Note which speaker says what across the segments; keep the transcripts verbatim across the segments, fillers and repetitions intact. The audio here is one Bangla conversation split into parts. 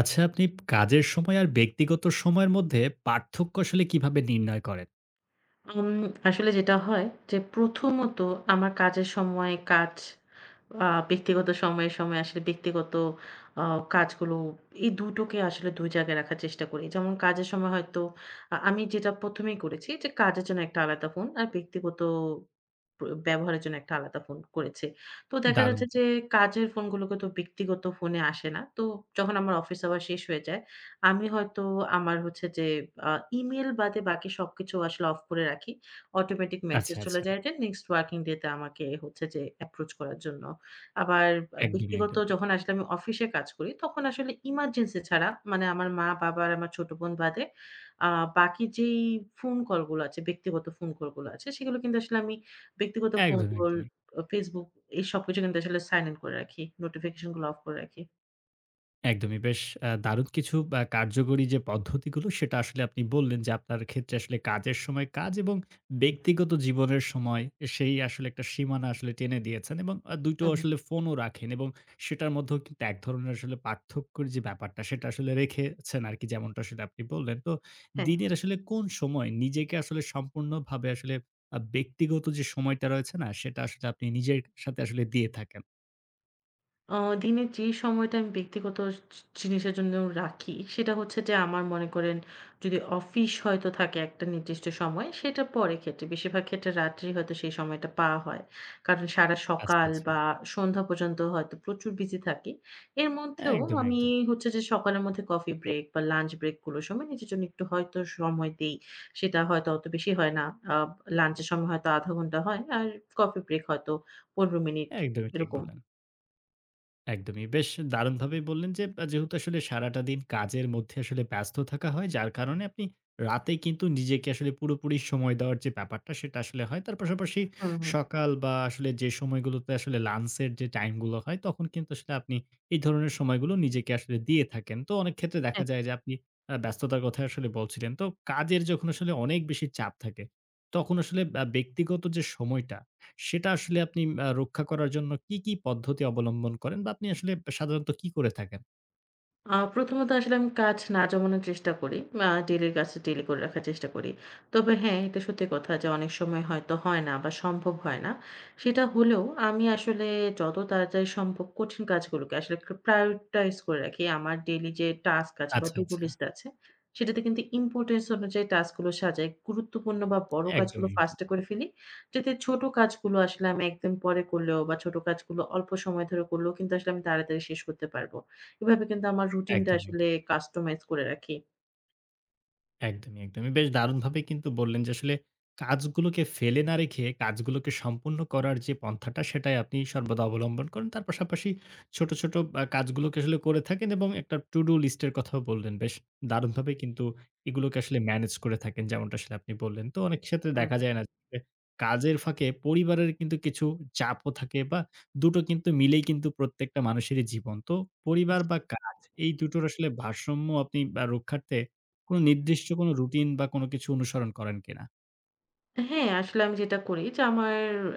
Speaker 1: আচ্ছা, আপনি কাজের সময় আর ব্যক্তিগত সময়ের মধ্যে পার্থক্য আসলে কিভাবে নির্ণয় করেন?
Speaker 2: উম আসলে যেটা হয় যে প্রথমত আমার কাজের সময় কাজ, আ ব্যক্তিগত সময়ে, সময়ে আসলে ব্যক্তিগত আ কাজগুলো এই দুই টোকে আসলে দুই জায়গায় রাখার চেষ্টা করি। যেমন কাজের সময় হয়তো আ আমি যেটা ১ম এই করেছি যে কাজের জন্য একটা আলাদা ফোন আর ব্যক্তিগত প ব্যবহারের জন্য একটা আলাদা ফোন করেছি। তো দেখা
Speaker 1: দারুণ।
Speaker 2: যাচ্ছে যে কাজের ফোনগুলোকে তো ব্যক্তিগত ফোনে আসে না। তো যখন আমার অফিস আবার শেষ হয়ে যায়, আমি হয়তো আমার হচ্ছে যে আ ইমেইল বাদে বাকি সবকিছু আসলে অফ করে রাখি। অটোমেটিক মেসেজ
Speaker 1: আচ্ছা,
Speaker 2: চলে
Speaker 1: আচ্ছা।
Speaker 2: যায় যে নেক্সট ওয়ার্কিং ডে তে আমাকে হচ্ছে যে অ্যাপ্রোচ করার জন্য। আবার আ
Speaker 1: একদমই,
Speaker 2: ব্যক্তিগত
Speaker 1: একদমই।
Speaker 2: যখন আসলে আমি অফিসে কাজ করি, তখন আসলে ইমার্জেন্সি ছাড়া মানে আমার মা-বাবা আর আমার ছোট বোন বাদে আ বাকি যেই ফোন কলগুলো আছে, ব্যক্তিগত ফোন কলগুলো আছে, সেগুলো কিন্তু আসলে আমি ব্যক্তিগত ফোন
Speaker 1: একদমই,
Speaker 2: কল,
Speaker 1: একদমই।
Speaker 2: আ Facebook এই সবকিছু কিন্তু আসলে সাইন ইন করে রাখি। নোটিফিকেশন গুলো অফ করে রাখি।
Speaker 1: একদমই। বেশ আ দারুণ কিছু আ কার্যকরী যে পদ্ধতিগুলো সেটা আসলে আপনি বললেন যে আপনার ক্ষেত্রে আসলে কাজের সময় কাজ এবং ব্যক্তিগত জীবনের সময় সেই আসলে একটা সীমানা আসলে টেনে দিয়েছেন এবং আ দুই টো
Speaker 2: হুম, হুম।
Speaker 1: আসলে ফোনও রাখেন এবং সেটার মধ্যেও কিন্তু এক ধরনের আসলে পার্থক্যের যে ব্যাপারটা সেটা আসলে রেখেছেন আরকি যেমনটা আসলে আপনি বললেন। তো
Speaker 2: হ্যাঁ।
Speaker 1: দিনের আসলে কোন সময় নিজেকে আসলে সম্পূর্ণভাবে আসলে আ ব্যক্তিগত যে সময়টা রয়েছে না সেটা আসলে আপনি নিজের সাথে আসলে দিয়ে থাকেন?
Speaker 2: আ দিনের যে সময়টা আমি ব্যক্তিগত জি জিনিসের জন্য রাখি, সেটা হচ্ছে যে আমার মনে করেন যদি অফিস হয়তো থাকে একটা নির্দিষ্ট সময়, সেটা পরে ক্ষেত্রে। বেশিরভাগ ক্ষেত্রে রাত্রেই হয়তো সেই সময়টা পাওয়া হয়। কারণ সারা
Speaker 1: আচ্ছা,
Speaker 2: সকাল
Speaker 1: আচ্ছা।
Speaker 2: বা সন্ধ্যা পর্যন্ত হয়তো প্রচুর বিজি থাকি। এর মধ্যেও
Speaker 1: একদমই,
Speaker 2: আমি
Speaker 1: একদমই।
Speaker 2: হচ্ছে যে সকালের মধ্যে কফি ব্রেক বা লাঞ্চ ব্রেক গুলোর সময় নিজের জন্য একটু হয়তো সময় দেই। সেটা হয়তো অত বেশি হয় না। আ লাঞ্চের সময় হয়তো আধা ঘন্টা হয়। আর কফি ব্রেক হয়তো পনেরো মিনিট
Speaker 1: একদমই ঠিক
Speaker 2: এরকম।
Speaker 1: বললেন। একদমই। বেশ দারুণভাবেই বললেন যে, আ যেহেতু আসলে সারাটা দিন কাজের মধ্যে আসলে ব্যস্ত থাকা হয়, যার কারণে আপনি রাতে কিন্তু নিজেকে আসলে পুরোপুরি সময় দেওয়ার যে ব্যাপারটা, সেটা আসলে হয়। তার পাশাপাশি
Speaker 2: হুম, হুম। হ্যাঁ।
Speaker 1: সকাল বা আসলে যে সময়গুলোতে আসলে লাঞ্চের যে টাইমগুলো হয়, তখন কিন্তু আসলে আপনি এই ধরনের সময়গুলো নিজেকে আসলে দিয়ে থাকেন। তো অনেক ক্ষেত্রে দেখা যায় যে আপনি আ ব্যস্ততার কথা আসলে বলছিলেন। তো কাজের যখন আসলে অনেক বেশি চাপ থাকে, তখন আসলে আ ব্যক্তিগত যে সময়টা সেটা আসলে আপনি আ রক্ষা করার জন্য কি, কি পদ্ধতি অবলম্বন করেন বা আপনি আসলে সাধারণত কি করে থাকেন?
Speaker 2: আ প্রথমত আসলে আমি কাজ না জমানোর চেষ্টা করি। আ ডেইলির কাজ ডেইলি করে রাখার চেষ্টা করি। তবে হ্যাঁ, এটা সত্যি কথা যে অনেক সময় হয়তো হয় না বা সম্ভব হয় না। সেটা হলেও আমি আসলে যত তাড়াতাড়ি সম্ভব কঠিন কাজগুলোকে আসলে একটু prioritize করে রাখি। আমার ডেইলি যে টাস্ক আছে বা
Speaker 1: আচ্ছা,
Speaker 2: to do
Speaker 1: আচ্ছা।
Speaker 2: list আছে, সেটাতে কিন্তু ইম্পোর্টেন্স অনুযায়ী টাস্কগুলো সাজাই। গুরুত্বপূর্ণ বা বড় কাজগুলো
Speaker 1: একদমই,
Speaker 2: ফার্স্টে
Speaker 1: একদমই।
Speaker 2: করে ফেলি। যাতে ছোট কাজগুলো আসলে আমি একদম পরে করলেও বা ছোট কাজগুলো অল্প সময় ধরে করলেও কিন্তু আসলে আমি তাড়াতাড়ি শেষ করতে পারব। এভাবে কিন্তু আমার রুটিনটা
Speaker 1: একদমই।
Speaker 2: আসলে কাস্টমাইজ করে রাখি।
Speaker 1: একদমই, একদমই। বেশ দারুণভাবে কিন্তু বললেন যে আসলে কাজগুলোকে ফেলে না রেখে কাজগুলোকে সম্পূর্ণ করার যে পন্থাটা সেটাই আপনি সর্বদা অবলম্বন করেন। তার পাশাপাশি ছোট, ছোট আ কাজগুলোকে আসলে করে থাকেন এবং একটা to do list এর কথাও বললেন। বেশ দারুণভাবে কিন্তু এগুলোকে আসলে ম্যানেজ করে থাকেন যেমনটা আসলে আপনি বললেন। তো অনেক ক্ষেত্রে
Speaker 2: হুম।
Speaker 1: দেখা যায় না যে কাজের ফাঁকে পরিবারের কিন্তু কিছু চাপও থাকে বা দুটো কিন্তু মিলেই কিন্তু প্রত্যেকটা মানুষেরই জীবন। তো পরিবার বা কাজ এই দুটোর আসলে ভারসাম্য আপনি আ রক্ষার্থে কোনো নির্দিষ্ট কোনো রুটিন বা কোনো কিছু অনুসরণ করেন কিনা?
Speaker 2: হ্যাঁ, আসলে আমি যেটা করি যে আমার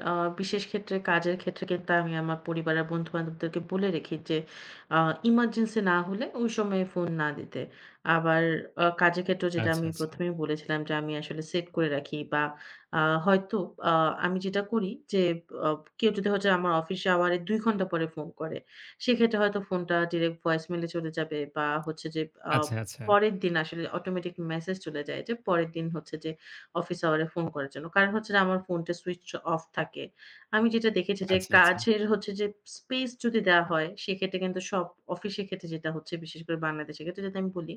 Speaker 2: আ বিশেষ ক্ষেত্রে কাজের ক্ষেত্রে কিন্তু আমি আমার পরিবারের বন্ধু-বান্ধবদেরকে বলে রাখি যে আ ইমার্জেন্সি না হলে ওই সময়ে ফোন না দিতে। আবার আ কাজের ক্ষেত্রেও যেটা
Speaker 1: আচ্ছা,
Speaker 2: আমি
Speaker 1: আচ্ছা।
Speaker 2: ১ম এই বলেছিলাম যে আমি আসলে সেট করে রাখি বা আ হয়তো আ আমি যেটা করি যে আ কেউ যদি হচ্ছে আমার অফিস আওয়ারে দুই ঘন্টা পরে ফোন করে, সেক্ষেত্রে হয়তো ফোনটা ডিরেক্ট ভয়েস মেইলে চলে যাবে বা হচ্ছে যে আ
Speaker 1: আচ্ছা, আচ্ছা।
Speaker 2: পরের দিন আসলে অটোমেটিক মেসেজ চলে যায় যে পরের দিন হচ্ছে যে অফিস আওয়ারে ফোন করার জন্য। কারণ হচ্ছে যে আমার ফোনটা সুইচ অফ থাকে। আমি যেটা দেখেছি যে
Speaker 1: আচ্ছা, আচ্ছা।
Speaker 2: কাজের হচ্ছে যে স্পেস যদি দেওয়া হয় সেক্ষেত্রে কিন্তু সব অফিসের ক্ষেত্রে যেটা হচ্ছে বিশেষ করে বাংলাদেশের ক্ষেত্রে যদি আমি বলি,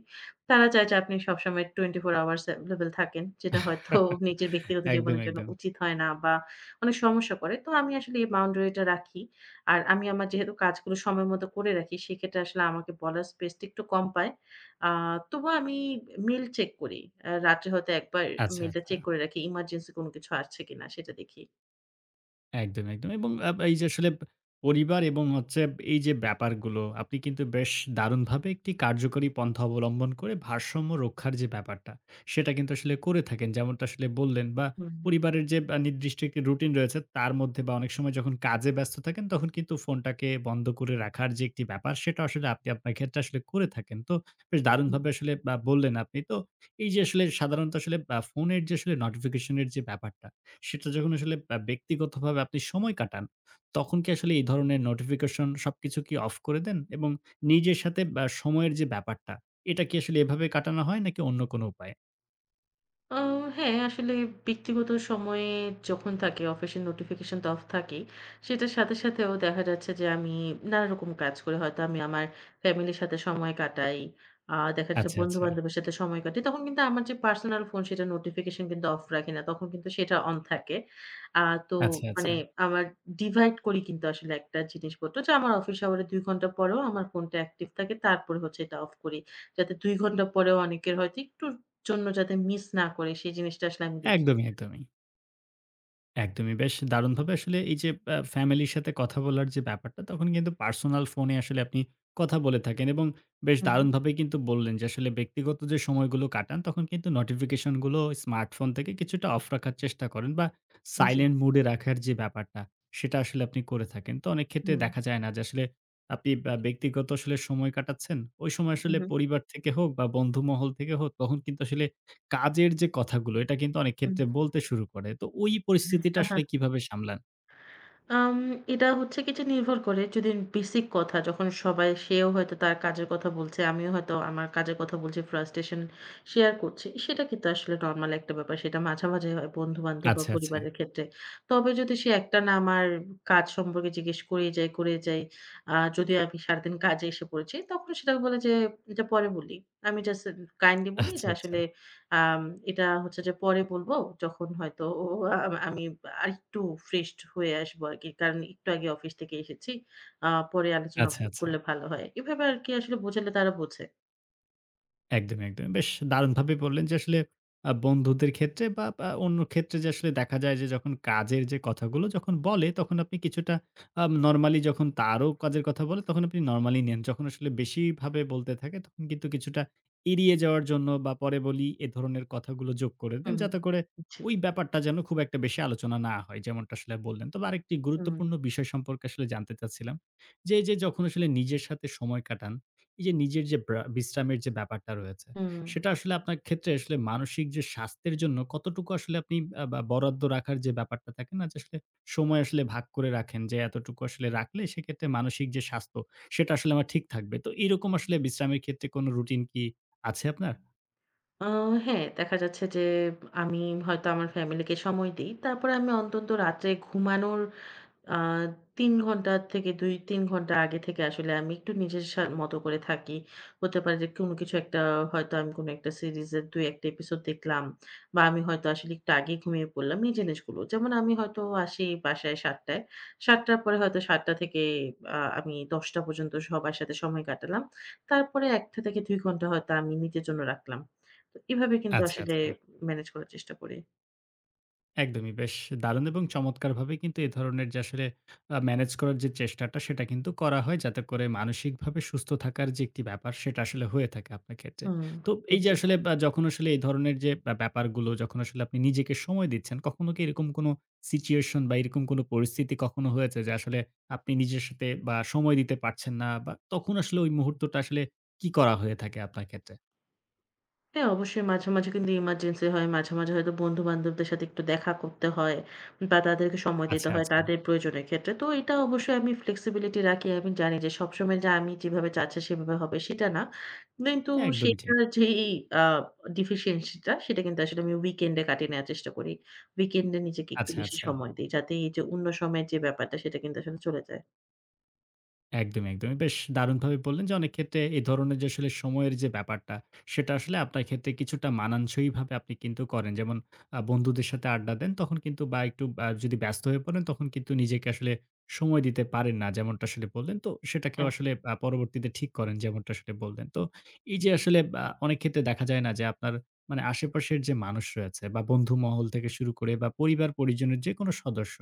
Speaker 2: তারা চায় যে আপনি সবসময় টোয়েন্টি ফোর আওয়ার্স এভেইলেবল থাকেন। যেটা হয়তো নিজের ব্যক্তিগত
Speaker 1: একদম,
Speaker 2: জীবনের জন্য
Speaker 1: একদম।
Speaker 2: উচিত হয় না বা অনেক সমস্যা করে। তো আমি আসলে এই বাউন্ডারিটা রাখি। আর আমি আমার যেহেতু কাজগুলো সময় মতো করে রাখি সেক্ষেত্রে আসলে আমাকে বলার স্পেসটা একটু কম পাই। আ তবুও আমি মেইল চেক করি। আ রাত্রে হয়তো একবার
Speaker 1: আচ্ছা,
Speaker 2: মেইলটা
Speaker 1: আচ্ছা।
Speaker 2: চেক করে রাখি। ইমার্জেন্সি কোন কিছু আসছে কিনা সেটা দেখি।
Speaker 1: একদম, একদম। এবং আব এই যে আসলে পরিবার এবং হচ্ছে এই যে ব্যাপারগুলো আপনি কিন্তু বেশ দারুণভাবে একটি কার্যকরী পন্থা অবলম্বন করে ভারসাম্য রক্ষার যে ব্যাপারটা, সেটা কিন্তু আসলে করে থাকেন। যেমনটা আসলে বললেন বা
Speaker 2: হুম।
Speaker 1: পরিবারের যে আ নির্দিষ্ট একটি রুটিন রয়েছে তার মধ্যে বা অনেক সময় যখন কাজে ব্যস্ত থাকেন তখন কিন্তু ফোনটাকে বন্ধ করে রাখার যে একটি ব্যাপার সেটা আসলে আপনি আপনার ক্ষেত্রে আসলে করে থাকেন। তো বেশ দারুণভাবে আসলে বা বললেন আপনি। তো এই যে আসলে সাধারণত আসলে আ ফোনের যে আসলে নোটিফিকেশন এর যে ব্যাপারটা সেটা যখন আসলে আ ব্যক্তিগতভাবে আপনি সময় কাটান, তখন কি আসলে এই ধরনের নোটিফিকেশন সবকিছু কি অফ করে দেন? এবং নিজের সাথে বা সময়ের যে ব্যাপারটা, এটা কি আসলে এভাবে কাটানো হয় নাকি অন্য কোনো উপায়ে?
Speaker 2: আ হ্যাঁ, আসলে ব্যক্তিগত সময়ে যখন থাকে অফিসের নোটিফিকেশন তো অফ থাকেই। সেটার সাথে সাথেও দেখা যাচ্ছে যে আমি নানারকম কাজ করে হয়তো আমি আমার ফ্যামিলির সাথে সময় কাটাই। আ দেখা যাচ্ছে
Speaker 1: আচ্ছা, আচ্ছা।
Speaker 2: বন্ধু-বান্ধবের সাথে সময় কাটাই। তখন কিন্তু আমার যে পার্সোনাল ফোন সেটার নোটিফিকেশন কিন্তু অফ রাখি না। তখন কিন্তু সেটা অন থাকে। আ তো
Speaker 1: আচ্ছা,
Speaker 2: মানে
Speaker 1: আচ্ছা।
Speaker 2: আমার ডিভাইড করি কিন্তু আসলে একটা জিনিসপত্র যে আমার অফিস আওয়ারে দুই ঘন্টা পরেও আমার ফোনটা অ্যাক্টিভ থাকে। তারপরে হচ্ছে এটা অফ করি। যাতে দুই ঘন্টা পরেও অনেকের হয়তো একটু জন্য যাতে মিস না করে সেই জিনিসটা আসলে আমি দেখি।
Speaker 1: একদমই, একদমই। একদমই। বেশ দারুণভাবে আসলে এই যে আ ফ্যামিলির সাথে কথা বলার যে ব্যাপারটা, তখন কিন্তু পার্সোনাল ফোনে আসলে আপনি কথা বলে থাকেন এবং বেশ
Speaker 2: হুম,
Speaker 1: দারুণভাবেই কিন্তু বললেন যে আসলে ব্যক্তিগত যে সময়গুলো কাটান, তখন কিন্তু নোটিফিকেশন গুলো স্মার্টফোন থেকে কিছুটা অফ রাখার চেষ্টা করেন বা
Speaker 2: জি।
Speaker 1: সাইলেন্ট মুড এ রাখার যে ব্যাপারটা, সেটা আসলে আপনি করে থাকেন। তো অনেক ক্ষেত্রে
Speaker 2: হুম,
Speaker 1: দেখা যায় না যে আসলে আপনি আ ব্যক্তিগত আসলে সময় কাটাচ্ছেন। ওই সময় আসলে
Speaker 2: হুম,
Speaker 1: পরিবার থেকে হোক বা বন্ধু মহল থেকে হোক, তখন কিন্তু আসলে কাজের যে কথাগুলো এটা কিন্তু অনেক
Speaker 2: হুম।
Speaker 1: ক্ষেত্রে বলতে শুরু করে। তো ওই পরিস্থিতিটা আসলে কিভাবে সামলান?
Speaker 2: আম এটা হচ্ছে কি যে নির্ভর করে যদি বেসিক কথা যখন সবাই সেও হয়তো তার কাজের কথা বলছে, আমিও হয়তো আমার কাজের কথা বলছি, ফ্রাস্ট্রেশন শেয়ার করছি। সেটা কিন্তু আসলে নরমাল একটা ব্যাপার। সেটা মাঝামাঝি হয় বন্ধু-বান্ধব বা
Speaker 1: আচ্ছা, আচ্ছা।
Speaker 2: পরিবারের ক্ষেত্রে। তবে যদি সে একটানা আমার কাজ সম্পর্কে জিজ্ঞেস করেই যায়, করেই যায়, আ যদিও আমি সারাদিন কাজে এসে পড়েছি, তখন সেটা বলে যে, "এটা পরে বলি।" আমি জাস্ট কাইন্ডলি বলি
Speaker 1: আচ্ছা,
Speaker 2: এটা
Speaker 1: আচ্ছা।
Speaker 2: আসলে আম এটা হচ্ছে যে পরে বলব যখন হয়তো ও আ আমি আরেকটু ফ্রেশড হয়ে আসবো আরকি। কারণ একটু আগে অফিস থেকে এসেছি। আ পরে আলোচনা ক
Speaker 1: আচ্ছা, আচ্ছা।
Speaker 2: করলে ভালো হয়। এভাবে আরকি আসলে বোঝালে তারা বোঝে।
Speaker 1: একদমই, একদমই। বেশ দারুণভাবে বললেন যে আসলে আ বন্ধুদের ক্ষেত্রে বা, বা অন্য ক্ষেত্রে যে আসলে দেখা যায় যে যখন কাজের যে কথাগুলো যখন বলে তখন আপনি কিছুটা আম নরমালি যখন তারও কাজের কথা বলে তখন আপনি নরমালি নেন। যখন আসলে বেশিভাবে বলতে থাকে তখন কিন্তু কিছুটা এড়িয়ে যাওয়ার জন্য বা পরে বলি এ ধরনের কথাগুলো যোগ করে দেন
Speaker 2: হুম,
Speaker 1: যাতে করে
Speaker 2: জি।
Speaker 1: ওই ব্যাপারটা যেন খুব একটা বেশি আলোচনা না হয়। যেমনটা আসলে বললেন। তবে আরেকটি
Speaker 2: হুম,
Speaker 1: গুরুত্বপূর্ণ বিষয় সম্পর্কে আসলে জানতে চাচ্ছিলাম। যে, এই যে যখন আসলে নিজের সাথে সময় কাটান এই যে নিজের যে ব্রা বিশ্রামের যে ব্যাপারটা রয়েছে,
Speaker 2: হুম।
Speaker 1: সেটা আসলে আপনার ক্ষেত্রে আসলে মানসিক যে স্বাস্থ্যের জন্য কতটুকু আসলে আপনি আ বা বরাদ্দ রাখার যে ব্যাপারটা থাকে না? যে আসলে সময় আসলে ভাগ করে রাখেন যে এতটুকু আসলে রাখলে সেক্ষেত্রে মানসিক যে স্বাস্থ্য, সেটা আসলে আমার ঠিক থাকবে। তো এরকম আসলে বিশ্রামের ক্ষেত্রে কোনো রুটিন কি আছে আপনার?
Speaker 2: আ হ্যাঁ, দেখা যাচ্ছে যে আমি হয়তো আমার ফ্যামিলিকে সময় দেই। তারপরে আমি অন্তত রাতে ঘুমানোর আ তিন ঘন্টা থেকে দুই তিন ঘন্টা আগে থেকে আসলে আমি একটু নিজের সা মতো করে থাকি। হতে পারে যে কোনো কিছু একটা হয়তো আমি কোনো একটা সিরিজের দুই এক টা এপিসোড দেখলাম বা আমি হয়তো আসলে একটু আগেই ঘুমিয়ে পড়লাম। এই জিনিসগুলো। যেমন আমি হয়তো আসি বাসায় সাত টায়। সাত টার পরে হয়তো সাত টা থেকে আ আমি দশ টা পর্যন্ত সবার সাথে সময় কাটালাম। তারপরে এক টা থেকে দুই ঘন্টা হয়তো আমি নিজের জন্য রাখলাম। তো এভাবে কিন্তু
Speaker 1: আচ্ছা,
Speaker 2: আসলে
Speaker 1: আচ্ছা।
Speaker 2: ম্যানেজ করার চেষ্টা করি।
Speaker 1: একদমই। বেশ দারুণ এবং চমৎকারভাবে কিন্তু এ ধরনের যে আসলে আ ম্যানেজ করার যে চেষ্টাটা সেটা কিন্তু করা হয় যাতে করে মানসিকভাবে সুস্থ থাকার যে একটি ব্যাপার সেটা আসলে হয়ে থাকে আপনার ক্ষেত্রে।
Speaker 2: হুম।
Speaker 1: তো এই যে আসলে বা যখন আসলে এই ধরনের যে ব্যা ব্যাপারগুলো যখন আসলে আপনি নিজেকে সময় দিচ্ছেন, কখনো কি এরকম কোনো সিচুয়েশন বা এরকম কোনো পরিস্থিতি কখনো হয়েছে যে আসলে আপনি নিজের সাথে বা সময় দিতে পারছেন না বা তখন আসলে ওই মুহূর্তটা আসলে কি করা হয়ে থাকে আপনার ক্ষেত্রে?
Speaker 2: হ্যাঁ, অবশ্যই মাঝে, মাঝে কিন্তু ইমার্জেন্সি হয়। মাঝে, মাঝে হয়তো বন্ধু-বান্ধবদের সাথে একটু দেখা করতে হয় বা তাদেরকে সময় দিতে
Speaker 1: আচ্ছা,
Speaker 2: হয়
Speaker 1: আচ্ছা।
Speaker 2: তাদের প্রয়োজনের ক্ষেত্রে। তো এটা অবশ্যই আমি ফ্লেক্সিবিলিটি রাখি। আমি জানি যে সবসময় যে আমি যেভাবে চাচ্ছি সেভাবে হবে সেটা না। কিন্তু
Speaker 1: হ্যাঁ, একদমই ঠিক।
Speaker 2: সেটার যেই আ deficiency টা সেটা কিন্তু আসলে আমি উইকেন্ডে কাটিয়ে নেওয়ার চেষ্টা করি। উইকেন্ডে নিজেকে একটু
Speaker 1: আচ্ছা,
Speaker 2: বেশি
Speaker 1: আচ্ছা।
Speaker 2: সময় দেই। যাতে এই যে অন্য সময়ের যে ব্যাপারটা সেটা কিন্তু আসলে চলে যায়।
Speaker 1: একদমই, একদমই। বেশ দারুণভাবে বললেন যে অনেক ক্ষেত্রে এই ধরনের যে আসলে সময়ের যে ব্যাপারটা, সেটা আসলে আপনার ক্ষেত্রে কিছুটা মানানসইভাবে আপনি কিন্তু করেন। যেমন আ বন্ধুদের সাথে আড্ডা দেন তখন কিন্তু বা একটু আ যদি ব্যস্ত হয়ে পড়েন তখন কিন্তু নিজেকে আসলে সময় দিতে পারেন না। যেমনটা আসলে বললেন। তো সেটাকেও
Speaker 2: হ্যাঁ,
Speaker 1: আসলে আ পরবর্তীতে ঠিক করেন যেমনটা আসলে বললেন। তো এই যে আসলে আ অনেক ক্ষেত্রে দেখা যায় না যে আপনার মানে আশেপাশের যে মানুষ রয়েছে বা বন্ধু মহল থেকে শুরু করে বা পরিবার পরিজনের যেকোনো সদস্য,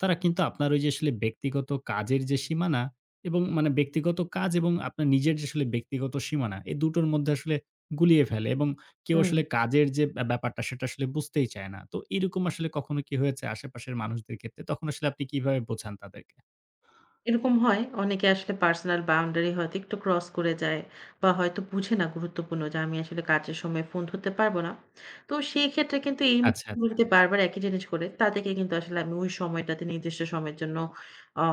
Speaker 1: তারা কিন্তু আপনার ওই যে আসলে ব্যক্তিগত কাজের যে সীমানা এবং মানে ব্যক্তিগত কাজ এবং আপনার নিজের যে আসলে ব্যক্তিগত সীমানা, এই দুটোর মধ্যে আসলে গুলিয়ে ফেলে এবং কেউ
Speaker 2: হুম।
Speaker 1: আসলে কাজের যে ব্যা ব্যাপারটা সেটা আসলে বুঝতেই চায় না। তো এরকম আসলে কখনো কি হয়েছে আশেপাশের মানুষদের ক্ষেত্রে? তখন আসলে আপনি কিভাবে বোঝান তাদেরকে?
Speaker 2: এরকম হয়। অনেকে আসলে পার্সোনাল বাউন্ডারি হয়তো একটু ক্রস করে যায় বা হয়তো বুঝে না গুরুত্বপূর্ণ যে আমি আসলে কাজের সময় ফোন ধরতে পারব না। তো সেই ক্ষেত্রে কিন্তু এই
Speaker 1: আচ্ছা,
Speaker 2: মুহূর্তগুলো
Speaker 1: আচ্ছা।
Speaker 2: যদি বারবার একই জিনিস করে তাদেরকে কিন্তু আসলে আমি ওই সময়টাতে নির্দিষ্ট সময়ের জন্য আ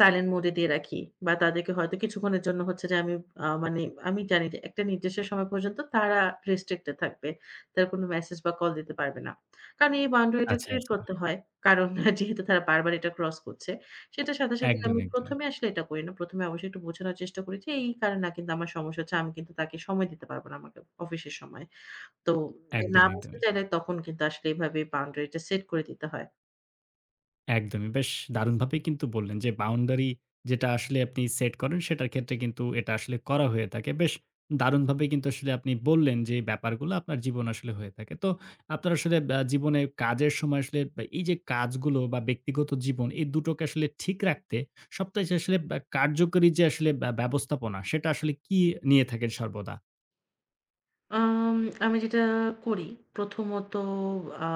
Speaker 2: সাইলেন্ট মোড এ দিয়ে রাখি বা তাদেরকে হয়তো কিছুক্ষণের জন্য হচ্ছে যে আমি আ মানে আমি জানি যে একটা নির্দিষ্ট সময় পর্যন্ত তারা রেস্ট্রিক্টেড থাকবে। তারা কোন মেসেজ বা কল দিতে পারবে না। কারণ এই বাউন্ডারিটা
Speaker 1: আচ্ছা,
Speaker 2: ক্রিয়েট
Speaker 1: আচ্ছা।
Speaker 2: করতে হয়। কারণ যেহেতু তারা বারবার এটা ক্রস করছে। সেটার সাথে, সাথে আমি
Speaker 1: একদমই, একদমই।
Speaker 2: ১ম এ আসলে এটা করি না। ১ম এ অবশ্যই একটু বোঝানোর চেষ্টা করি যে এই কারণে কিন্তু আমার সমস্যা হচ্ছে। আমি কিন্তু তাকে সময় দিতে পারব না আমাকে অফিসের সময়। তো না
Speaker 1: একদমই,
Speaker 2: বুঝতে
Speaker 1: একদমই।
Speaker 2: চাইলে তখন কিন্তু আসলে এভাবে বাউন্ডারিটা সেট করে দিতে হয়।
Speaker 1: একদমই। বেশ দারুণভাবেই কিন্তু বললেন যে বাউন্ডারি যেটা আসলে আপনি সেট করেন সেটার ক্ষেত্রে কিন্তু এটা আসলে করা হয়ে থাকে। বেশ দারুণভাবে কিন্তু আসলে আপনি বললেন যে এই ব্যাপারগুলো আপনার জীবনে আসলে হয়ে থাকে। তো আপনার আসলে আ জীবনে কাজের সময় আসলে বা এই যে কাজগুলো বা ব্যক্তিগত জীবন এই দুটোকে আসলে ঠিক রাখতে সবথেকে আসলে ব্যা কার্যকরী যে আসলে ব্যা ব্যবস্থাপনা সেটা আসলে কি নিয়ে থাকেন সর্বদা?
Speaker 2: আম আমি যেটা করি প্রথমত আ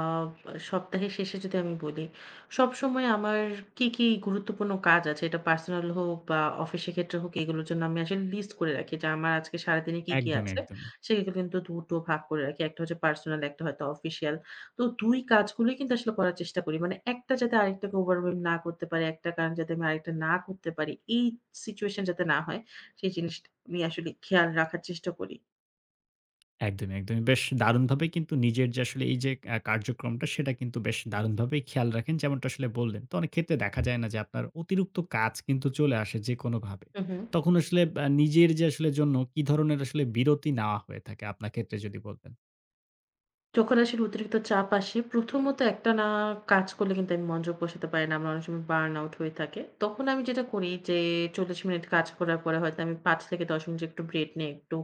Speaker 2: সপ্তাহের শেষে যদি আমি বলি, সবসময় আমার কি, কি গুরুত্বপূর্ণ কাজ আছে এটা পার্সোনাল হোক বা অফিসের ক্ষেত্রে হোক এগুলোর জন্য আমি আসলে লিস্ট করে রাখি যে আমার আজকে সারাদিনে কি, কি
Speaker 1: একদমই,
Speaker 2: আছে।
Speaker 1: একদমই।
Speaker 2: সেগুলো কিন্তু দুই টো ভাগ করে রাখি। একটা হচ্ছে পার্সোনাল একটা হয়তো অফিসিয়াল। তো দুই কাজগুলোই কিন্তু আসলে করার চেষ্টা করি। মানে একটা যাতে আরেকটাকে ওভারওয়েম না করতে পারে, একটা কারণ যাতে আমি আরেকটা না করতে পারি। এই সিচুয়েশন যাতে না হয় সেই জিনিসটা আমি আসলে খেয়াল রাখার চেষ্টা করি।
Speaker 1: একদমই, একদমই। বেশ দারুণভাবে কিন্তু নিজের যে আসলে এই যে আ কার্যক্রমটা সেটা কিন্তু বেশ দারুণভাবেই খেয়াল রাখেন। যেমনটা আসলে বললেন। তো অনেক ক্ষেত্রে দেখা যায় না যে আপনার অতিরিক্ত কাজ কিন্তু চলে আসে যেকোনোভাবে।
Speaker 2: হু, হু।
Speaker 1: তখন আসলে আ নিজের যে আসলে জন্য কি ধরনের আসলে বিরতি নেওয়া হয়ে থাকে আপনার ক্ষেত্রে যদি বলতেন?
Speaker 2: যখন আসলে অতিরিক্ত চাপ আসে, প্রথমত একটানা কাজ করলে কিন্তু আমি মনোযোগ বসাতে পারি না। আমার অনেক সময় বার্ন আউট হয়ে থাকে। তখন আমি যেটা করি যে চল্লিশ মিনিট কাজ করার পরে হয়তো আমি পাঁচ থেকে দশ মিনিট একটু ব্রেক নিয়ে একটু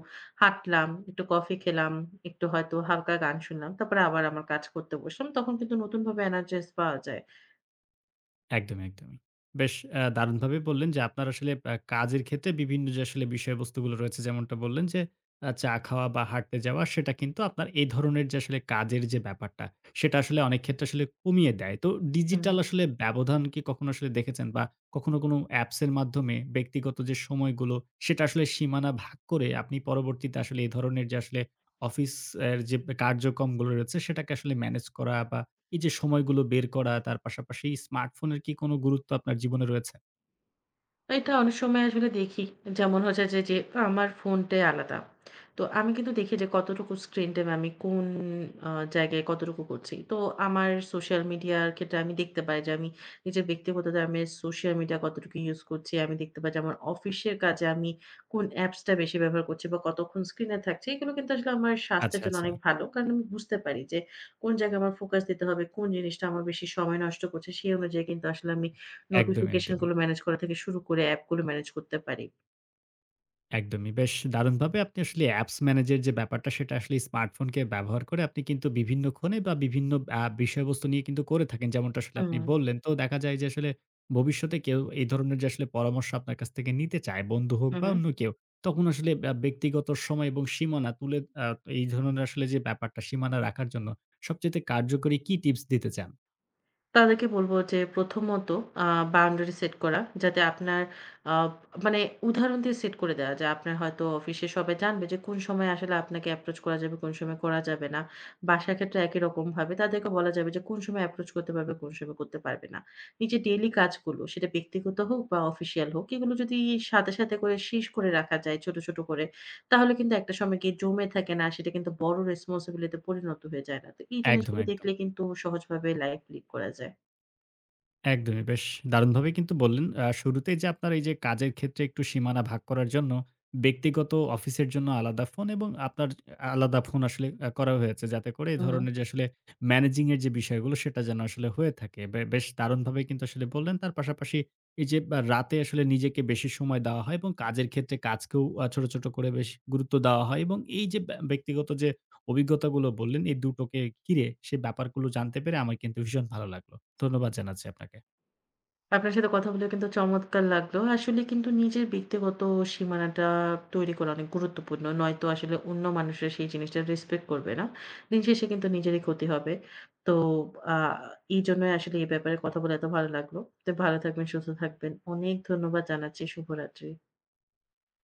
Speaker 2: হাঁটলাম, একটু কফি খেলাম, একটু হয়তো হালকা গান শুনলাম। তারপরে আবার আমার কাজ করতে বসলাম। তখন কিন্তু নতুনভাবে এনার্জাইজ পাওয়া যায়।
Speaker 1: একদমই, একদমই। বেশ আ দারুণভাবে বললেন যে আপনার আসলে আ কাজের ক্ষেত্রে বিভিন্ন যে আসলে বিষয়বস্তুগুলো রয়েছে যেমনটা বললেন যে আ চা খাওয়া বা হাঁটতে যাওয়া সেটা কিন্তু আপনার এই ধরনের যে আসলে কাজের যে ব্যাপারটা, সেটা আসলে অনেক ক্ষেত্রে আসলে কমিয়ে দেয়। তো
Speaker 2: হুম।
Speaker 1: ডিজিটাল আসলে ব্যবধান কি কখনো আসলে দেখেছেন বা কখনো কোনো অ্যাপস এর মাধ্যমে ব্যক্তিগত যে সময়গুলো সেটা আসলে সীমানা ভাগ করে আপনি পরবর্তীতে আসলে এই ধরনের যে আসলে অফিস এর যে কার্যক্রমগুলো রয়েছে সেটাকে আসলে মেনেজ করা বা এই যে সময়গুলো বের করা, তার পাশাপাশি স্মার্টফোনের কি কোনো গুরুত্ব আপনার জীবনে রয়েছে?
Speaker 2: এটা অনেক সময় আসলে দেখি। যেমন হচ্ছে যে, যে আমার ফোনটাই আলাদা। তো আমি কিন্তু দেখি যে কতটুকু স্ক্রিন টাইম আমি কোন আ জায়গায় কতটুকু করছি। তো আমার সোশ্যাল মিডিয়ার ক্ষেত্রে আমি দেখতে পাই যে আমি নিজের ব্যক্তিগত আমি সোশ্যাল মিডিয়া কতটুকু ইউজ করছি। আমি দেখতে পাই যে আমার অফিসের কাজে আমি কোন অ্যাপসটা বেশি ব্যবহার করছি বা কতক্ষণ স্ক্রিনে থাকছি। এগুলো কিন্তু আসলে আমার স্বাস্থ্যের
Speaker 1: আচ্ছা,
Speaker 2: জন্য
Speaker 1: আচ্ছা।
Speaker 2: অনেক ভালো। কারণ আমি বুঝতে পারি যে কোন জায়গায় আমার ফোকাস দিতে হবে, কোন জিনিসটা আমার বেশি সময় নষ্ট করছে। সেই অনুযায়ী কিন্তু আসলে আমি
Speaker 1: একদমই,
Speaker 2: নোটিফিকেশন
Speaker 1: একদমই।
Speaker 2: গুলো ম্যানেজ করা থেকে শুরু করে অ্যাপ গুলো ম্যানেজ করতে পারি।
Speaker 1: একদমই। বেশ দারুণভাবে আপনি আসলে অ্যাপস ম্যানেজের যে ব্যাপারটা সেটা আসলে স্মার্টফোনকে ব্যবহার করে আপনি কিন্তু বিভিন্ন ক্ষণে বা বিভিন্ন আ বিষয়বস্তু নিয়ে কিন্তু করে থাকেন। যেমনটা আসলে আপনি
Speaker 2: হুম,
Speaker 1: বললেন। তো দেখা যায় যে আসলে ভবিষ্যতে কেউ এই ধরনের যে আসলে পরামর্শ আপনার কাছ থেকে নিতে চায়, বন্ধু হোক
Speaker 2: হু,
Speaker 1: বা
Speaker 2: হু।
Speaker 1: অন্য কেউ, তখন আসলে ব্যা ব্যক্তিগত সময় এবং সীমানা তুলে আ এই ধরনের আসলে যে ব্যাপারটা সীমানা রাখার জন্য সবচাইতে কার্যকরী কি টিপস দিতে চান?
Speaker 2: তাদেরকে বলব যে প্রথমত আ বাউন্ডারি সেট করা। যাতে আপনার আ মানে উদাহরণ দিয়ে সেট করে দেওয়া যায়। আপনার হয়তো অফিসে সবাই জানবে যে কোন সময় আসলে আপনাকে অ্যাপ্রোচ করা যাবে, কোন সময় করা যাবে না। বাসার ক্ষেত্রে একই রকমভাবে তাদেরকে বলা যাবে যে কোন সময় অ্যাপ্রোচ করতে পারবে, কোন সময় করতে পারবে না। নিজের ডেইলি কাজগুলো সেটা ব্যক্তিগত হোক বা অফিসিয়াল হোক এগুলো যদি সাথে, সাথে করে শেষ করে রাখা যায় ছোট, ছোট করে তাহলে কিন্তু একটা সময় গিয়ে জমে থাকে না। সেটা কিন্তু বড় রেসপনসিবিলিটি তে পরিণত হয়ে যায় না। তো এই
Speaker 1: একদম,
Speaker 2: জিনিসগুলো
Speaker 1: একদম।
Speaker 2: দেখলে কিন্তু সহজভাবে লাইফ লিড করা যায়।
Speaker 1: একদমই বেশ দারুণভাবেই কিন্তু বললেন। আ শুরুতেই যে আপনার এই যে কাজের ক্ষেত্রে একটু সীমানা ভাগ করার জন্য ব্যক্তিগত অফিসের জন্য আলাদা ফোন এবং আপনার আলাদা ফোন আসলে আ করা হয়েছে। যাতে করে এই
Speaker 2: হুম, হুম।
Speaker 1: ধরনের যে আসলে ম্যানেজিং এর যে বিষয়গুলো সেটা যেন আসলে হয়ে থাকে। বে বেশ দারুণভাবেই কিন্তু আসলে বললেন। তার পাশাপাশি এই যে আ রাতে আসলে নিজেকে বেশি সময় দেওয়া হয় এবং কাজের ক্ষেত্রে কাজকেও আ ছোট, ছোট করে বেশ গুরুত্ব দেওয়া হয় এবং এই যে ব্যা ব্যক্তিগত যে অভিজ্ঞতাগুলো বললেন, এই দুটোকে ঘিরে সে ব্যাপারগুলো জানতে পেরে আমার কিন্তু ভীষণ ভালো লাগলো। ধন্যবাদ জানাচ্ছি আপনাকে।
Speaker 2: আপনার সাথে কথা বলে কিন্তু চমৎকার লাগলো। আসলে কিন্তু নিজের ব্যক্তিগত সীমানাটা তৈরি করা অনেক গুরুত্বপূর্ণ। নয়তো আসলে অন্য মানুষরা সেই জিনিসটা রেসপেক্ট করবে না। দিন শেষে কিন্তু নিজেরই ক্ষতি হবে। তো আ এইজন্যই আসলে এই ব্যাপারে কথা বলে এত ভালো লাগলো। তো ভালো থাকবেন, সুস্থ থাকবেন। অনেক ধন্যবাদ জানাচ্ছি। শুভরাত্রি।